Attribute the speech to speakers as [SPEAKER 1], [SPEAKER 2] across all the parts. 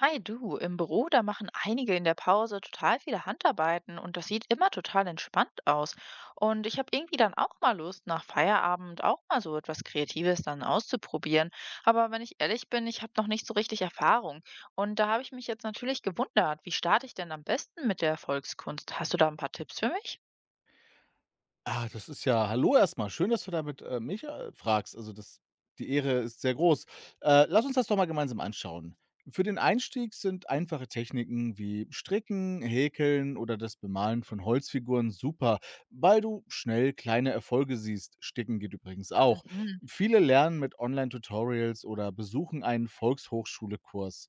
[SPEAKER 1] Hi du, im Büro, da machen einige in der Pause total viele Handarbeiten und das sieht immer total entspannt aus. Und ich habe irgendwie dann auch mal Lust, nach Feierabend auch mal so etwas Kreatives dann auszuprobieren. Aber wenn ich ehrlich bin, ich habe noch nicht so richtig Erfahrung. Und da habe ich mich jetzt natürlich gewundert, wie starte ich denn am besten mit der Volkskunst? Hast du da ein paar Tipps für mich?
[SPEAKER 2] Ah, das ist ja hallo erstmal. Schön, dass du damit, mich, fragst. Also, das die Ehre ist sehr groß. Lass uns das doch mal gemeinsam anschauen. Für den Einstieg sind einfache Techniken wie Stricken, Häkeln oder das Bemalen von Holzfiguren super, weil du schnell kleine Erfolge siehst. Sticken geht übrigens auch.
[SPEAKER 1] Mhm.
[SPEAKER 2] Viele lernen mit Online-Tutorials oder besuchen einen Volkshochschule-Kurs.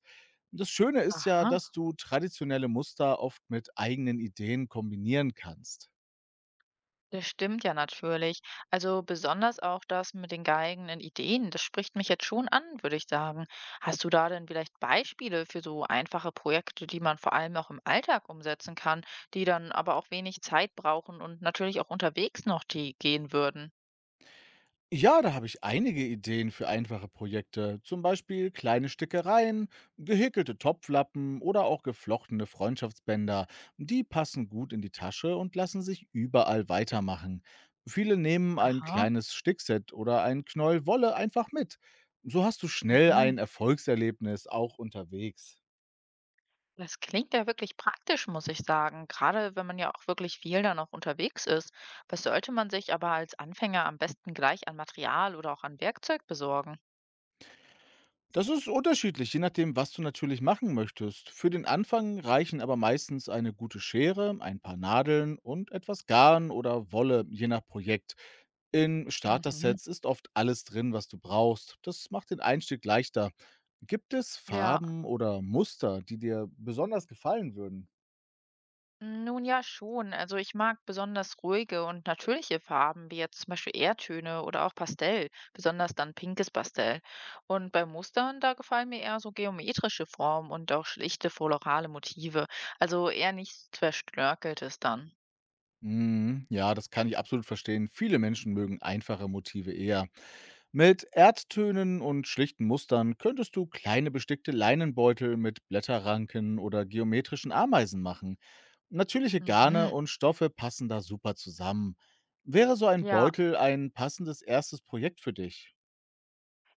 [SPEAKER 2] Das Schöne ist ja,
[SPEAKER 1] Aha.
[SPEAKER 2] dass du traditionelle Muster oft mit eigenen Ideen kombinieren kannst.
[SPEAKER 1] Das stimmt ja natürlich. Also besonders auch das mit den eigenen Ideen, das spricht mich jetzt schon an, würde ich sagen. Hast du da denn vielleicht Beispiele für so einfache Projekte, die man vor allem auch im Alltag umsetzen kann, die dann aber auch wenig Zeit brauchen und natürlich auch unterwegs noch die gehen würden?
[SPEAKER 2] Ja, da habe ich einige Ideen für einfache Projekte, zum Beispiel kleine Stickereien, gehäkelte Topflappen oder auch geflochtene Freundschaftsbänder. Die passen gut in die Tasche und lassen sich überall weitermachen. Viele nehmen ein
[SPEAKER 1] Aha,
[SPEAKER 2] kleines Stickset oder ein Knäuel Wolle einfach mit. So hast du schnell
[SPEAKER 1] mhm.
[SPEAKER 2] ein Erfolgserlebnis auch unterwegs.
[SPEAKER 1] Das klingt ja wirklich praktisch, muss ich sagen. Gerade wenn man ja auch wirklich viel dann auch unterwegs ist. Was sollte man sich aber als Anfänger am besten gleich an Material oder auch an Werkzeug besorgen?
[SPEAKER 2] Das ist unterschiedlich, je nachdem, was du natürlich machen möchtest. Für den Anfang reichen aber meistens eine gute Schere, ein paar Nadeln und etwas Garn oder Wolle, je nach Projekt. In
[SPEAKER 1] Mhm.
[SPEAKER 2] Starter-Sets ist oft alles drin, was du brauchst. Das macht den Einstieg leichter. Gibt es
[SPEAKER 1] Ja,
[SPEAKER 2] Farben oder Muster, die dir besonders gefallen würden?
[SPEAKER 1] nun ja, schon. Also ich mag besonders ruhige und natürliche Farben, wie jetzt zum Beispiel Erdtöne oder auch Pastell, besonders dann pinkes Pastell. Und bei Mustern, da gefallen mir eher so geometrische Formen und auch schlichte florale Motive. Also eher nichts Verschnörkeltes dann.
[SPEAKER 2] Mm, ja, das kann ich absolut verstehen. Viele Menschen mögen einfache Motive eher. Mit Erdtönen und schlichten Mustern könntest du kleine bestickte Leinenbeutel mit Blätterranken oder geometrischen Ameisen machen. Natürliche Garne
[SPEAKER 1] Mhm.
[SPEAKER 2] und Stoffe passen da super zusammen. Wäre so ein
[SPEAKER 1] Ja,
[SPEAKER 2] Beutel ein passendes erstes Projekt für dich?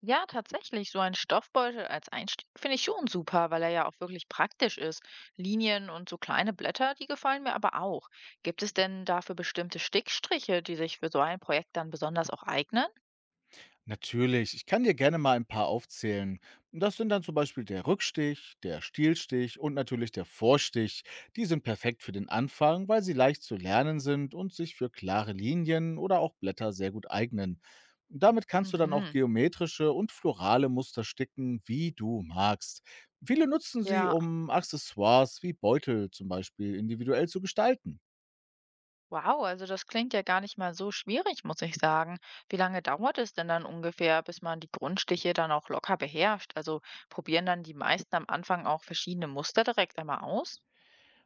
[SPEAKER 1] ja, tatsächlich, so ein Stoffbeutel als Einstieg finde ich schon super, weil er ja auch wirklich praktisch ist. Linien und so kleine Blätter, die gefallen mir aber auch. Gibt es denn dafür bestimmte Stickstriche, die sich für so ein Projekt dann besonders auch eignen?
[SPEAKER 2] Natürlich, ich kann dir gerne mal ein paar aufzählen. Das sind dann zum Beispiel der Rückstich, der Stielstich und natürlich der Vorstich. Die sind perfekt für den Anfang, weil sie leicht zu lernen sind und sich für klare Linien oder auch Blätter sehr gut eignen. Damit kannst du dann auch
[SPEAKER 1] Mhm.
[SPEAKER 2] geometrische und florale Muster sticken, wie du magst. Viele nutzen sie,
[SPEAKER 1] Ja,
[SPEAKER 2] um Accessoires wie Beutel zum Beispiel individuell zu gestalten.
[SPEAKER 1] wow, also das klingt ja gar nicht mal so schwierig, muss ich sagen. Wie lange dauert es denn dann ungefähr, bis man die Grundstiche dann auch locker beherrscht? Also probieren dann die meisten am Anfang auch verschiedene Muster direkt einmal aus?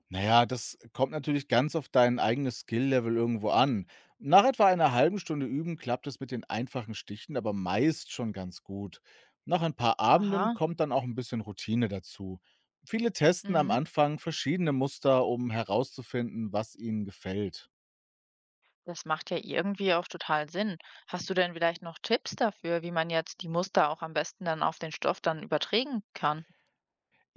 [SPEAKER 2] Na ja, das kommt natürlich ganz auf dein eigenes Skill-Level irgendwo an. Nach etwa einer halben Stunde Üben klappt es mit den einfachen Stichen aber meist schon ganz gut. Nach ein paar Abenden
[SPEAKER 1] Aha.
[SPEAKER 2] kommt dann auch ein bisschen Routine dazu. Viele testen am
[SPEAKER 1] Mhm.
[SPEAKER 2] Anfang verschiedene Muster, um herauszufinden, was ihnen gefällt.
[SPEAKER 1] Das macht ja irgendwie auch total Sinn. Hast du denn vielleicht noch Tipps dafür, wie man jetzt die Muster auch am besten dann auf den Stoff dann übertragen kann?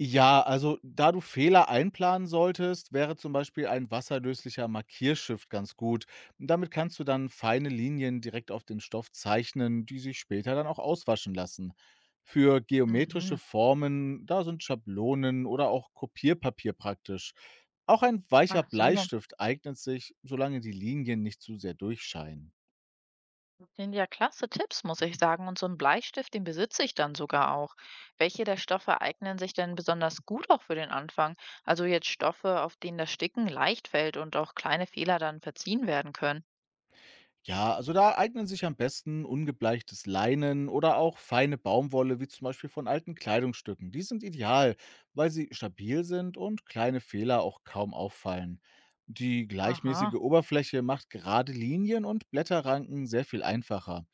[SPEAKER 2] Ja, also da du Fehler einplanen solltest, wäre zum Beispiel ein wasserlöslicher Markierstift ganz gut. Damit kannst du dann feine Linien direkt auf den Stoff zeichnen, die sich später dann auch auswaschen lassen. Für geometrische
[SPEAKER 1] Mhm.
[SPEAKER 2] Formen, da sind Schablonen oder auch Kopierpapier praktisch. Auch ein weicher
[SPEAKER 1] Ach so,
[SPEAKER 2] Bleistift eignet sich, solange die Linien nicht zu sehr durchscheinen.
[SPEAKER 1] das sind ja klasse Tipps, muss ich sagen. Und so einen Bleistift, den besitze ich dann sogar auch. Welche der Stoffe eignen sich denn besonders gut auch für den Anfang? Also jetzt Stoffe, auf denen das Sticken leicht fällt und auch kleine Fehler dann verziehen werden können.
[SPEAKER 2] Ja, also da eignen sich am besten ungebleichtes Leinen oder auch feine Baumwolle, wie zum Beispiel von alten Kleidungsstücken. Die sind ideal, weil sie stabil sind und kleine Fehler auch kaum auffallen. Die gleichmäßige
[SPEAKER 1] Aha.
[SPEAKER 2] Oberfläche macht gerade Linien und Blätterranken sehr viel einfacher.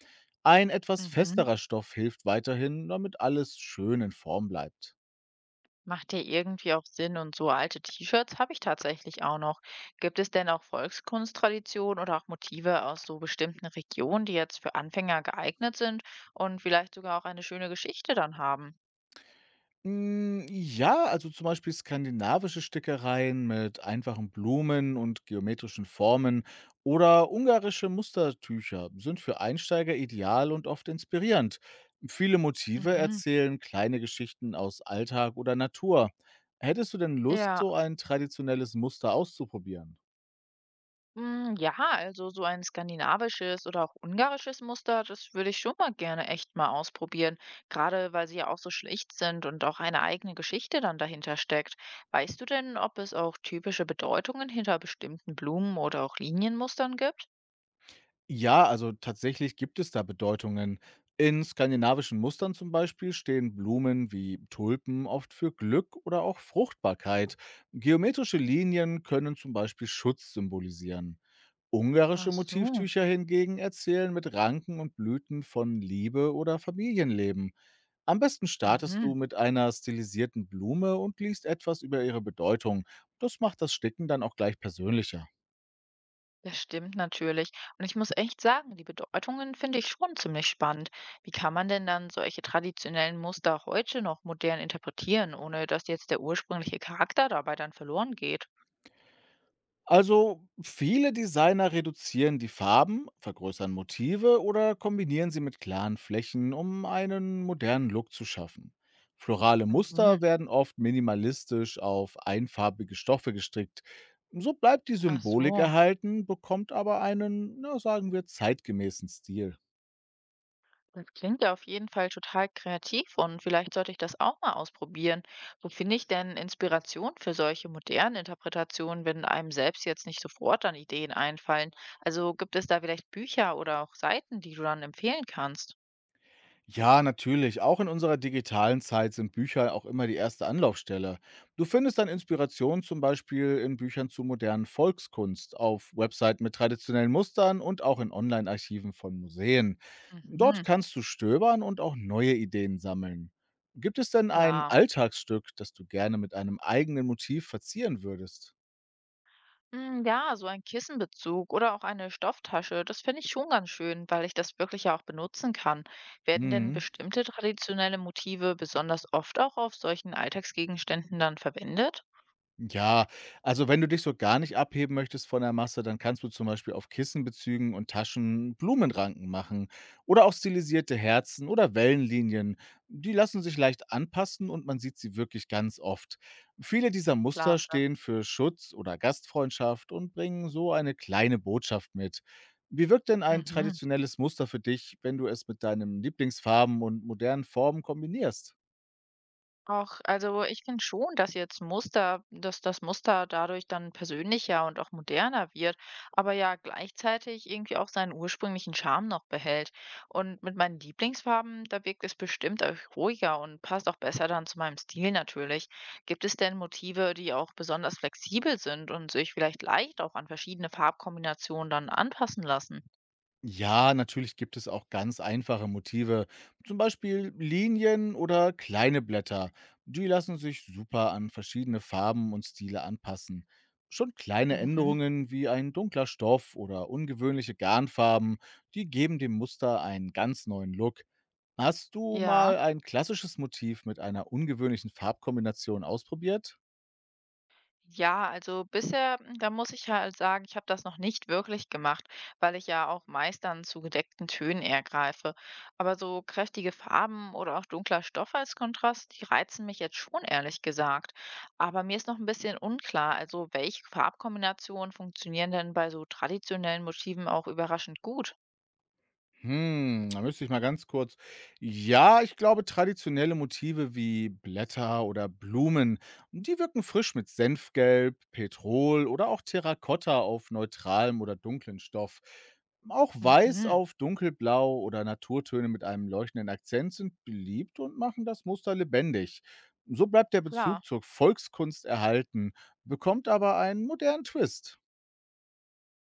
[SPEAKER 2] Ein etwas
[SPEAKER 1] Mhm.
[SPEAKER 2] festerer Stoff hilft weiterhin, damit alles schön in Form bleibt.
[SPEAKER 1] Macht ja irgendwie auch Sinn und so alte T-Shirts habe ich tatsächlich auch noch. Gibt es denn auch Volkskunsttraditionen oder auch Motive aus so bestimmten Regionen, die jetzt für Anfänger geeignet sind und vielleicht sogar auch eine schöne Geschichte dann haben?
[SPEAKER 2] Hm, ja, also zum Beispiel skandinavische Stickereien mit einfachen Blumen und geometrischen Formen oder ungarische Mustertücher sind für Einsteiger ideal und oft inspirierend. Viele Motive
[SPEAKER 1] Mhm.
[SPEAKER 2] erzählen kleine Geschichten aus Alltag oder Natur. Hättest du denn Lust,
[SPEAKER 1] Ja.
[SPEAKER 2] so ein traditionelles Muster auszuprobieren?
[SPEAKER 1] Mm, ja, also so ein skandinavisches oder auch ungarisches Muster, das würde ich schon mal gerne echt mal ausprobieren. Gerade weil sie ja auch so schlicht sind und auch eine eigene Geschichte dann dahinter steckt. Weißt du denn, ob es auch typische Bedeutungen hinter bestimmten Blumen oder auch Linienmustern gibt?
[SPEAKER 2] Ja, also tatsächlich gibt es da Bedeutungen. In skandinavischen Mustern zum Beispiel stehen Blumen wie Tulpen oft für Glück oder auch Fruchtbarkeit. Geometrische Linien können zum Beispiel Schutz symbolisieren. Ungarische
[SPEAKER 1] Ach so.
[SPEAKER 2] Motivtücher hingegen erzählen mit Ranken und Blüten von Liebe oder Familienleben. Am besten startest du
[SPEAKER 1] Mhm.
[SPEAKER 2] mit einer stilisierten Blume und liest etwas über ihre Bedeutung. Das macht das Sticken dann auch gleich persönlicher.
[SPEAKER 1] Das stimmt natürlich. Und ich muss echt sagen, die Bedeutungen finde ich schon ziemlich spannend. Wie kann man denn dann solche traditionellen Muster heute noch modern interpretieren, ohne dass jetzt der ursprüngliche Charakter dabei dann verloren geht?
[SPEAKER 2] Also viele Designer reduzieren die Farben, vergrößern Motive oder kombinieren sie mit klaren Flächen, um einen modernen Look zu schaffen. Florale Muster
[SPEAKER 1] Mhm.
[SPEAKER 2] werden oft minimalistisch auf einfarbige Stoffe gestrickt. So bleibt die
[SPEAKER 1] Ach
[SPEAKER 2] Symbolik
[SPEAKER 1] so,
[SPEAKER 2] erhalten, bekommt aber einen, na, sagen wir, zeitgemäßen Stil.
[SPEAKER 1] das klingt ja auf jeden Fall total kreativ und vielleicht sollte ich das auch mal ausprobieren. Wo finde ich denn Inspiration für solche modernen Interpretationen, wenn einem selbst jetzt nicht sofort dann Ideen einfallen? Also gibt es da vielleicht Bücher oder auch Seiten, die du dann empfehlen kannst?
[SPEAKER 2] Ja, natürlich. Auch in unserer digitalen Zeit sind Bücher auch immer die erste Anlaufstelle. Du findest dann Inspiration zum Beispiel in Büchern zu modernen Volkskunst, auf Webseiten mit traditionellen Mustern und auch in Online-Archiven von Museen. Dort
[SPEAKER 1] Mhm.
[SPEAKER 2] kannst du stöbern und auch neue Ideen sammeln. Gibt es denn ein
[SPEAKER 1] Klar.
[SPEAKER 2] Alltagsstück, das du gerne mit einem eigenen Motiv verzieren würdest?
[SPEAKER 1] Hm, ja, so ein Kissenbezug oder auch eine Stofftasche, das finde ich schon ganz schön, weil ich das wirklich ja auch benutzen kann. Werden denn
[SPEAKER 2] Mhm.
[SPEAKER 1] bestimmte traditionelle Motive besonders oft auch auf solchen Alltagsgegenständen dann verwendet?
[SPEAKER 2] Ja, also wenn du dich so gar nicht abheben möchtest von der Masse, dann kannst du zum Beispiel auf Kissenbezügen und Taschen Blumenranken machen oder auch stilisierte Herzen oder Wellenlinien. Die lassen sich leicht anpassen und man sieht sie wirklich ganz oft. Viele dieser Muster
[SPEAKER 1] Klasse.
[SPEAKER 2] stehen für Schutz oder Gastfreundschaft und bringen so eine kleine Botschaft mit. Wie wirkt denn ein
[SPEAKER 1] Mhm.
[SPEAKER 2] traditionelles Muster für dich, wenn du es mit deinen Lieblingsfarben und modernen Formen kombinierst?
[SPEAKER 1] Auch, also ich finde schon, dass jetzt Muster, dass das Muster dadurch dann persönlicher und auch moderner wird, aber ja gleichzeitig irgendwie auch seinen ursprünglichen Charme noch behält. Und mit meinen Lieblingsfarben, da wirkt es bestimmt auch ruhiger und passt auch besser dann zu meinem Stil natürlich. Gibt es denn Motive, die auch besonders flexibel sind und sich vielleicht leicht auch an verschiedene Farbkombinationen dann anpassen lassen?
[SPEAKER 2] Ja, natürlich gibt es auch ganz einfache Motive, zum Beispiel Linien oder kleine Blätter. Die lassen sich super an verschiedene Farben und Stile anpassen. Schon kleine
[SPEAKER 1] Mhm.
[SPEAKER 2] Änderungen wie ein dunkler Stoff oder ungewöhnliche Garnfarben, die geben dem Muster einen ganz neuen Look. Hast du
[SPEAKER 1] Ja,
[SPEAKER 2] mal ein klassisches Motiv mit einer ungewöhnlichen Farbkombination ausprobiert?
[SPEAKER 1] ja, also bisher, hm, da muss ich halt sagen, ich habe das noch nicht wirklich gemacht, weil ich ja auch meist dann zu gedeckten Tönen eher greife. Aber so kräftige Farben oder auch dunkler Stoff als Kontrast, die reizen mich jetzt schon, ehrlich gesagt. Aber mir ist noch ein bisschen unklar, also welche Farbkombinationen funktionieren denn bei so traditionellen Motiven auch überraschend gut?
[SPEAKER 2] Hm, da müsste ich mal ganz kurz, ja, ich glaube, traditionelle Motive wie Blätter oder Blumen, die wirken frisch mit Senfgelb, Petrol oder auch Terrakotta auf neutralem oder dunklen Stoff. Auch Weiß
[SPEAKER 1] Mhm,
[SPEAKER 2] auf dunkelblau oder Naturtöne mit einem leuchtenden Akzent sind beliebt und machen das Muster lebendig. So bleibt der Bezug
[SPEAKER 1] klar.
[SPEAKER 2] zur Volkskunst erhalten, bekommt aber einen modernen Twist.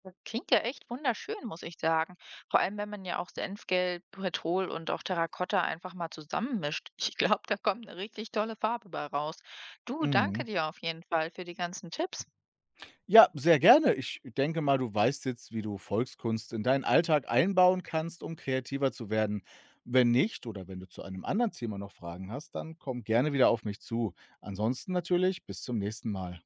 [SPEAKER 1] Das klingt ja echt wunderschön, muss ich sagen. Vor allem, wenn man ja auch Senfgelb, Petrol und auch Terrakotta einfach mal zusammenmischt. Ich glaube, da kommt eine richtig tolle Farbe bei raus. Du, danke
[SPEAKER 2] Mhm.
[SPEAKER 1] dir auf jeden Fall für die ganzen Tipps.
[SPEAKER 2] Ja, sehr gerne. Ich denke mal, du weißt jetzt, wie du Volkskunst in deinen Alltag einbauen kannst, um kreativer zu werden. Wenn nicht oder wenn du zu einem anderen Thema noch Fragen hast, dann komm gerne wieder auf mich zu. Ansonsten natürlich bis zum nächsten Mal.